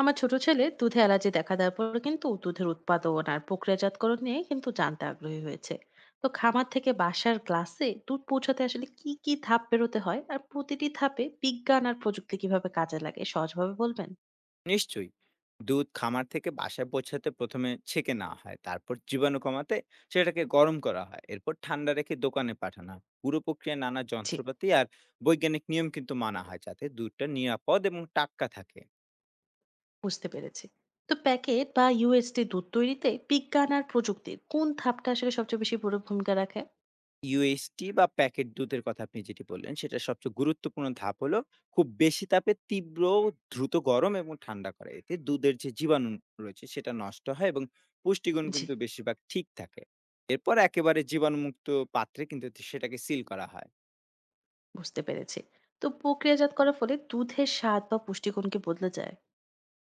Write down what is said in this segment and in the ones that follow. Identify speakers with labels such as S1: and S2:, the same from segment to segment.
S1: আমার ছোট ছেলে দুধে অ্যালার্জি দেখা দেওয়ার পর কিন্তু দুধের উৎপাদন আর প্রক্রিয়াজাতকরণ নিয়ে কিন্তু জানতে আগ্রহী হয়েছে। তো খামার থেকে বাসার গ্লাসে দুধ পৌঁছাতে আসলে কি কি ধাপ পেরোতে হয় আর প্রতিটি ধাপে বিজ্ঞান আর প্রযুক্তি কিভাবে কাজে লাগে সহজভাবে বলবেন।
S2: নিশ্চয়ই। দুধ খামার থেকে বাসায় পৌঁছাতে প্রথমে ছেঁকে নেওয়া হয়, তারপর জীবাণু কমাতে সেটাকে গরম করা হয়, এরপর ঠান্ডা রেখে দোকানে পাঠানো হয়। পুরো প্রক্রিয়া নানা
S1: জি,
S2: যন্ত্রপাতি আর বৈজ্ঞানিক নিয়ম কিন্তু মানা হয় যাতে দুধটা নিরাপদ এবং টাটকা থাকে।
S1: বুঝতে পেরেছি। তো প্যাকেট বা ইউএসডি দুধ তৈরিতে বিজ্ঞান আর প্রযুক্তির কোন ধাপটা আসলে সবচেয়ে বেশি বড় ভূমিকা রাখে?
S2: ইউএসটি বা প্যাকেট দুধের কথা আপনি যেটি বললেন, সেটার সবচেয়ে গুরুত্বপূর্ণ ধাপ হলো খুব বেশি তাপে তীব্র, দ্রুত গরম এবং ঠান্ডা করা। এতে দুধের যে জীবাণু রয়েছে সেটা নষ্ট হয় এবং পুষ্টিগুণ
S1: জি,
S2: কিন্তু বেশিরভাগ ঠিক থাকে। এরপর একেবারে জীবাণুমুক্ত পাত্রে কিন্তু সেটাকে সিল করা হয়।
S1: বুঝতে পেরেছি। তো প্রক্রিয়াজাত করার ফলে দুধের স্বাদ বা পুষ্টিগুণ কি বদলে যায়?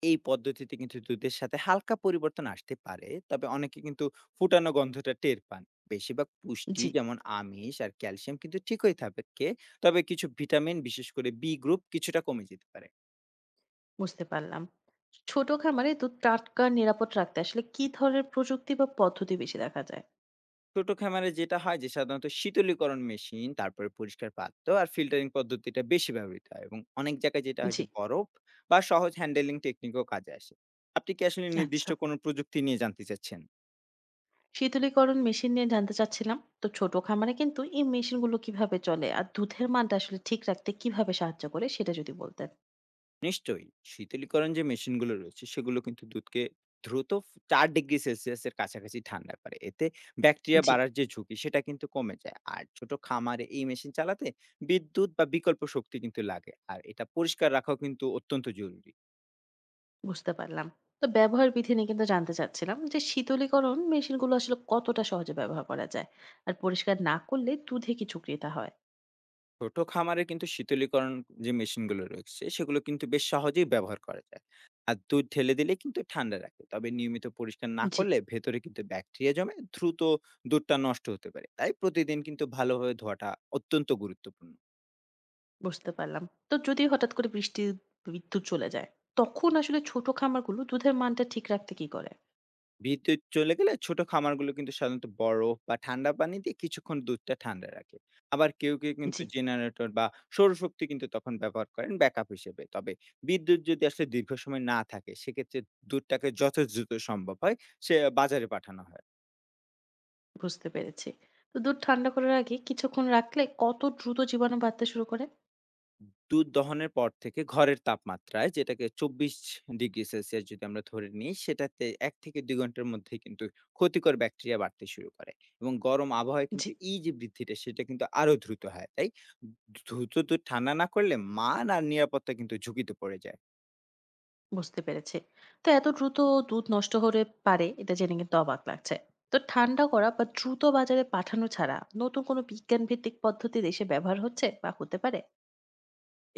S2: এই পদ্ধতিতে কিন্তু দুধের সাথে হালকা পরিবর্তন আসতে পারে, তবে অনেকে কিন্তু ফুটানো গন্ধটা টের পান। বেশিরভাগ পুষ্টি
S1: জি,
S2: যেমন আমিষ আর ক্যালসিয়াম কিন্তু ঠিকই থাকে, তবে কিছু ভিটামিন বিশেষ করে বি গ্রুপ কিছুটা কমে যেতে পারে।
S1: বুঝতে পারলাম। ছোট খামারে দুধ টাটকা নিরাপদ রাখতে আসলে কি ধরনের প্রযুক্তি বা পদ্ধতি বেশি দেখা যায়?
S2: ছোট খামারে যেটা হয় যে সাধারণত শীতলীকরণ মেশিন, তারপরে পরিষ্কার পাত্র আর ফিল্টারিং পদ্ধতিটা বেশি ব্যবহৃত হয়, এবং অনেক জায়গায় যেটা হয়
S1: জি,
S2: যে বরফ বা সহজ হ্যান্ডেলিং টেকনিকও কাজে আসে। আপনি কি আসলে নির্দিষ্ট
S1: আচ্ছা।
S2: কোনো প্রযুক্তি নিয়ে জানতে চাচ্ছেন?
S1: শীতলীকরণ মেশিন নিয়ে জানতে চাচ্ছিলাম। তো ছোট খামারে কিন্তু এই মেশিনগুলো কিভাবে চলে আর দুধের মানটা আসলে ঠিক রাখতে কিভাবে সাহায্য করে সেটা যদি বলতেন।
S2: নিশ্চয়ই, শীতলীকরণ যে মেশিনগুলো রয়েছে সেগুলো কিন্তু দুধকে দ্রুত ৪ ডিগ্রি সেলসিয়াসের কাছাকাছি ঠান্ডা করে। এতে ব্যাকটেরিয়া
S1: জি,
S2: বাড়ার যে ঝুঁকি সেটা কিন্তু কমে যায়। আর ছোট খামারে এই মেশিন চালাতে বিদ্যুৎ বা বিকল্প শক্তি কিন্তু লাগে, আর এটা পরিষ্কার রাখাও কিন্তু অত্যন্ত জরুরি।
S1: বুঝতে পারলাম। তো ব্যবহার বিধি নিয়ে কিন্তু জানতে চাচ্ছিলাম যে শীতলীকরণ মেশিনগুলো আসলে কতটা সহজে ব্যবহার করা যায়? আর পরিষ্কার না করলে দুধে কি ঝুঁকিটা হয়?
S2: ছোট খামারে কিন্তু শীতলীকরণ যে মেশিনগুলো রয়েছে সেগুলো কিন্তু বেশ সহজেই ব্যবহার করা যায়, আর দুধ ঢেলে দিলে কিন্তু ঠান্ডা রাখে। তবে নিয়মিত পরিষ্কার না
S1: জি,
S2: করলে ভেতরে কিন্তু ব্যাকটেরিয়া জমে দ্রুত দুধটা নষ্ট হতে পারে। তাই প্রতিদিন কিন্তু ভালোভাবে ধোয়াটা অত্যন্ত গুরুত্বপূর্ণ।
S1: বুঝতে পারলাম। তো যদি হঠাৎ করে বৃষ্টি, বিদ্যুৎ চলে যায়, তখন আসলে ছোট খামারগুলো দুধের মানটা ঠিক রাখতে কি করে?
S2: বিদ্যুৎ চলে গেলে ছোট খামারগুলো কিন্তু সাধারণত বরফ বা ঠান্ডা পানি দিয়ে কিছুক্ষণ দুধটা ঠান্ডা রাখে। আবার কেউ কেউ কিন্তু
S1: জি,
S2: জেনারেটর বা সৌরশক্তি কিন্তু তখন ব্যবহার করেন ব্যাকআপ হিসেবে। তবে বিদ্যুৎ যদি আসলে দীর্ঘ সময় না থাকে, সেক্ষেত্রে দুধটাকে যত দ্রুত সম্ভব হয় সে বাজারে পাঠানো হয়।
S1: বুঝতে পেরেছি। তো দুধ ঠান্ডা করার আগে কিছুক্ষণ রাখলে কত দ্রুত জীবাণু বাড়তে শুরু করে?
S2: দুধ দহনের পর থেকে ঘরের তাপমাত্রায়, যেটাকে ২৪ ডিগ্রি সেলসিয়াস যদি আমরা ধরে নিই, সেটাতে ১ থেকে ২ ঘন্টার মধ্যেই কিন্তু ক্ষতিকর ব্যাকটেরিয়া বাড়তে শুরু করে, এবং গরম আবহাওয়ায়
S1: জি,
S2: কিন্তু এই যে বৃদ্ধিটা সেটা কিন্তু আরো দ্রুত হয়। তাই দ্রুত দুধ ঠান্ডা না করলে মান আর নিরাপত্তা কিন্তু ঝুঁকিতে পড়ে যায়।
S1: বুঝতে পেরেছি। তো এত দ্রুত দুধ নষ্ট হতে পারে এটা জেনে কিন্তু অবাক লাগছে। তো ঠান্ডা করা বা দ্রুত বাজারে পাঠানো ছাড়া নতুন কোনো বিজ্ঞান ভিত্তিক পদ্ধতি দেশে ব্যবহার হচ্ছে বা হতে পারে?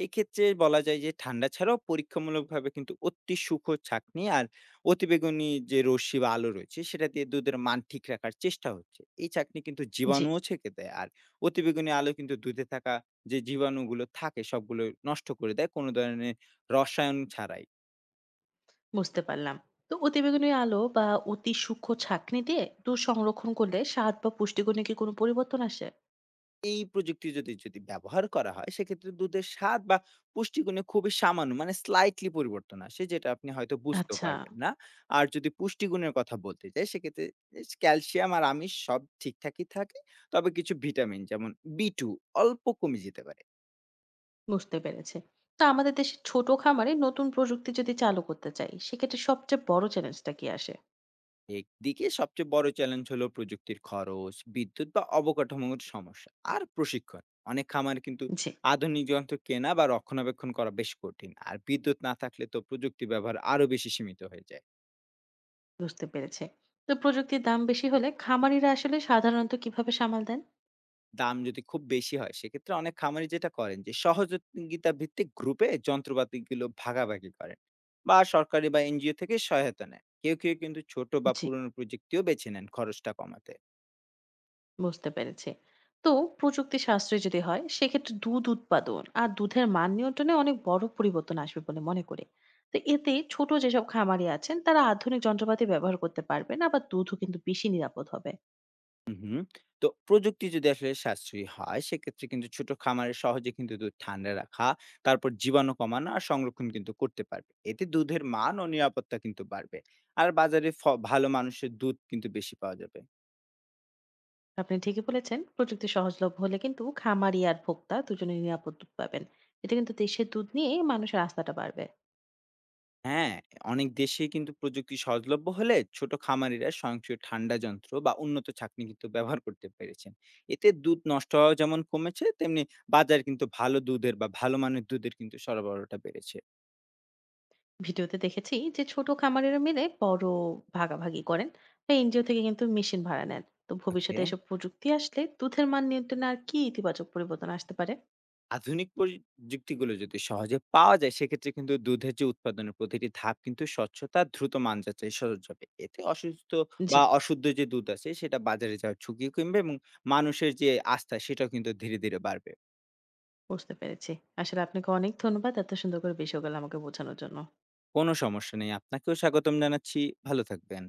S2: এক্ষেত্রে বলা যায় যে ঠান্ডা ছাড়াও পরীক্ষামূলকভাবে কিন্তু অতি সূক্ষ্ম ছাঁকনি আর অতিবেগুনি যে রশ্মি বা আলো রয়েছে সেটা দিয়ে দুধের মান ঠিক রাখার চেষ্টা হচ্ছে। এই ছাঁকনি কিন্তু
S1: জি,
S2: জীবাণুও ছেঁকে দেয়, আর অতিবেগুনি আলো কিন্তু দুধে থাকা যে জীবাণুগুলো থাকে সবগুলো নষ্ট করে দেয় কোনো ধরনের রসায়ন ছাড়াই।
S1: বুঝতে পারলাম। তো অতিবেগুনি আলো বা অতি সূক্ষ্ম ছাঁকনি দিয়ে দুধ সংরক্ষণ করলে স্বাদ বা পুষ্টিগুণে কি কোনো পরিবর্তন আসে?
S2: এই প্রযুক্তি যদি যদি ব্যবহার করা হয়, সেক্ষেত্রে দুধের স্বাদ বা পুষ্টিগুণে খুবই সামান্য, মানে স্লাইটলি, পরিবর্তন আসে যেটা আপনি হয়তো বুঝতেও
S1: আচ্ছা,
S2: পারবেন না। আর যদি পুষ্টিগুণের কথা বলতে চাই, সেক্ষেত্রে ক্যালসিয়াম আর আমিষ সব ঠিকঠাকই থাকে, তবে কিছু ভিটামিন যেমন বি টু অল্প কমে যেতে পারে।
S1: বুঝতে পেরেছে। তো আমাদের দেশে ছোট খামারে নতুন প্রযুক্তি যদি চালু করতে চাই সেক্ষেত্রে সবচেয়ে বড় চ্যালেঞ্জটা কি আসে?
S2: একদিকে সবচেয়ে বড় চ্যালেঞ্জ হলো প্রযুক্তির খরচ, বিদ্যুৎ বা অবকাঠামোগত সমস্যা আর প্রশিক্ষণ। অনেক খামার কিন্তু
S1: জি,
S2: আধুনিক যন্ত্র কেনা বা রক্ষণাবেক্ষণ করা বেশ কঠিন। আর বিদ্যুৎ না থাকলে তো প্রযুক্তি ব্যবহার আরো বেশি সীমিত হয়ে যায়।
S1: বুঝতে পেরেছে। তো প্রযুক্তির দাম বেশি হলে খামারিরা আসলে সাধারণত কিভাবে সামাল দেন?
S2: দাম যদি খুব বেশি হয়, সেক্ষেত্রে অনেক খামারি যেটা করেন যে সহযোগিতা ভিত্তিক গ্রুপে যন্ত্রপাতিগুলো ভাগাভাগি করেন বা সরকারি বা এনজিও থেকে সহায়তা নেয়। কেউ কেউ কিন্তু ছোট বা
S1: জি,
S2: পুরনো প্রযুক্তিও বেছে নেন খরচটা কমাতে।
S1: বুঝতে পেরেছি। তো প্রযুক্তি সাশ্রয়ী যদি হয় সেক্ষেত্রে দুধ উৎপাদন আর দুধের মান নিয়ন্ত্রণে অনেক বড় পরিবর্তন আসবে বলে মনে করি। তো এতে ছোট যেসব খামারি আছেন তারা আধুনিক যন্ত্রপাতি ব্যবহার করতে পারবেন আবার দুধও কিন্তু বেশি নিরাপদ হবে।
S2: হুম, হুম। তো প্রযুক্তি যদি আসলে সাশ্রয়ী হয়, সেক্ষেত্রে কিন্তু ছোট খামারে সহজে কিন্তু দুধ ঠান্ডা রাখা, তারপর জীবাণু কমানো আর সংরক্ষণ কিন্তু করতে পারবে। এতে দুধের মান ও নিরাপত্তা কিন্তু বাড়বে। আর বাজারে ভালো মানুষের দুধ কিন্তু বেশি পাওয়া যাবে।
S1: আপনি ঠিকই বলেছেন, প্রযুক্তি সহজলভ্য হলে কিন্তু খামারি আর ভোক্তা দুজনেই নিরাপদ দুধ পাবেন। এতে কিন্তু দেশের দুধ নিয়ে মানুষের আস্থাটা বাড়বে।
S2: হ্যাঁ, অনেক দেশেই কিন্তু প্রযুক্তি সহজলভ্য হলে ছোট খামারিরা স্বয়ংক্রিয় ঠান্ডা যন্ত্র বা উন্নত ছাঁকনি কিন্তু ব্যবহার করতে পেরেছেন। এতে দুধ নষ্ট হওয়া যেমন কমেছে, তেমনি বাজারে কিন্তু ভালো দুধের বা ভালো মানের দুধের কিন্তু সরবরাহটা বেড়েছে।
S1: ভিডিওতে দেখেছি যে ছোট খামারেরা মিলে বড় ভাগাভাগি করেন বা এনজিও থেকে কিন্তু মেশিন ভাড়া নেন। তো ভবিষ্যতে
S2: ওকে।
S1: এসব প্রযুক্তি আসলে দুধের মান নিয়ন্ত্রণে আর কি ইতিবাচক পরিবর্তন আসতে পারে?
S2: আধুনিক প্রযুক্তিগুলো যদি সহজে পাওয়া যায়, সেক্ষেত্রে কিন্তু দুধের যে উৎপাদনের প্রতিটি ধাপ কিন্তু স্বচ্ছতা আর দ্রুত মান যাচাই সহজ হবে। এতে অসুস্থ
S1: জি,
S2: বা অশুদ্ধ যে দুধ আছে সেটা বাজারে যাওয়ার ঝুঁকি কমবে, এবং মানুষের যে আস্থা সেটাও কিন্তু ধীরে ধীরে বাড়বে।
S1: বুঝতে পেরেছি। আসলে আপনাকে অনেক ধন্যবাদ এত সুন্দর করে বিষয়গুলো আমাকে বোঝানোর জন্য।
S2: কোনো সমস্যা নেই, আপনাকেও স্বাগতম জানাচ্ছি। ভালো থাকবেন।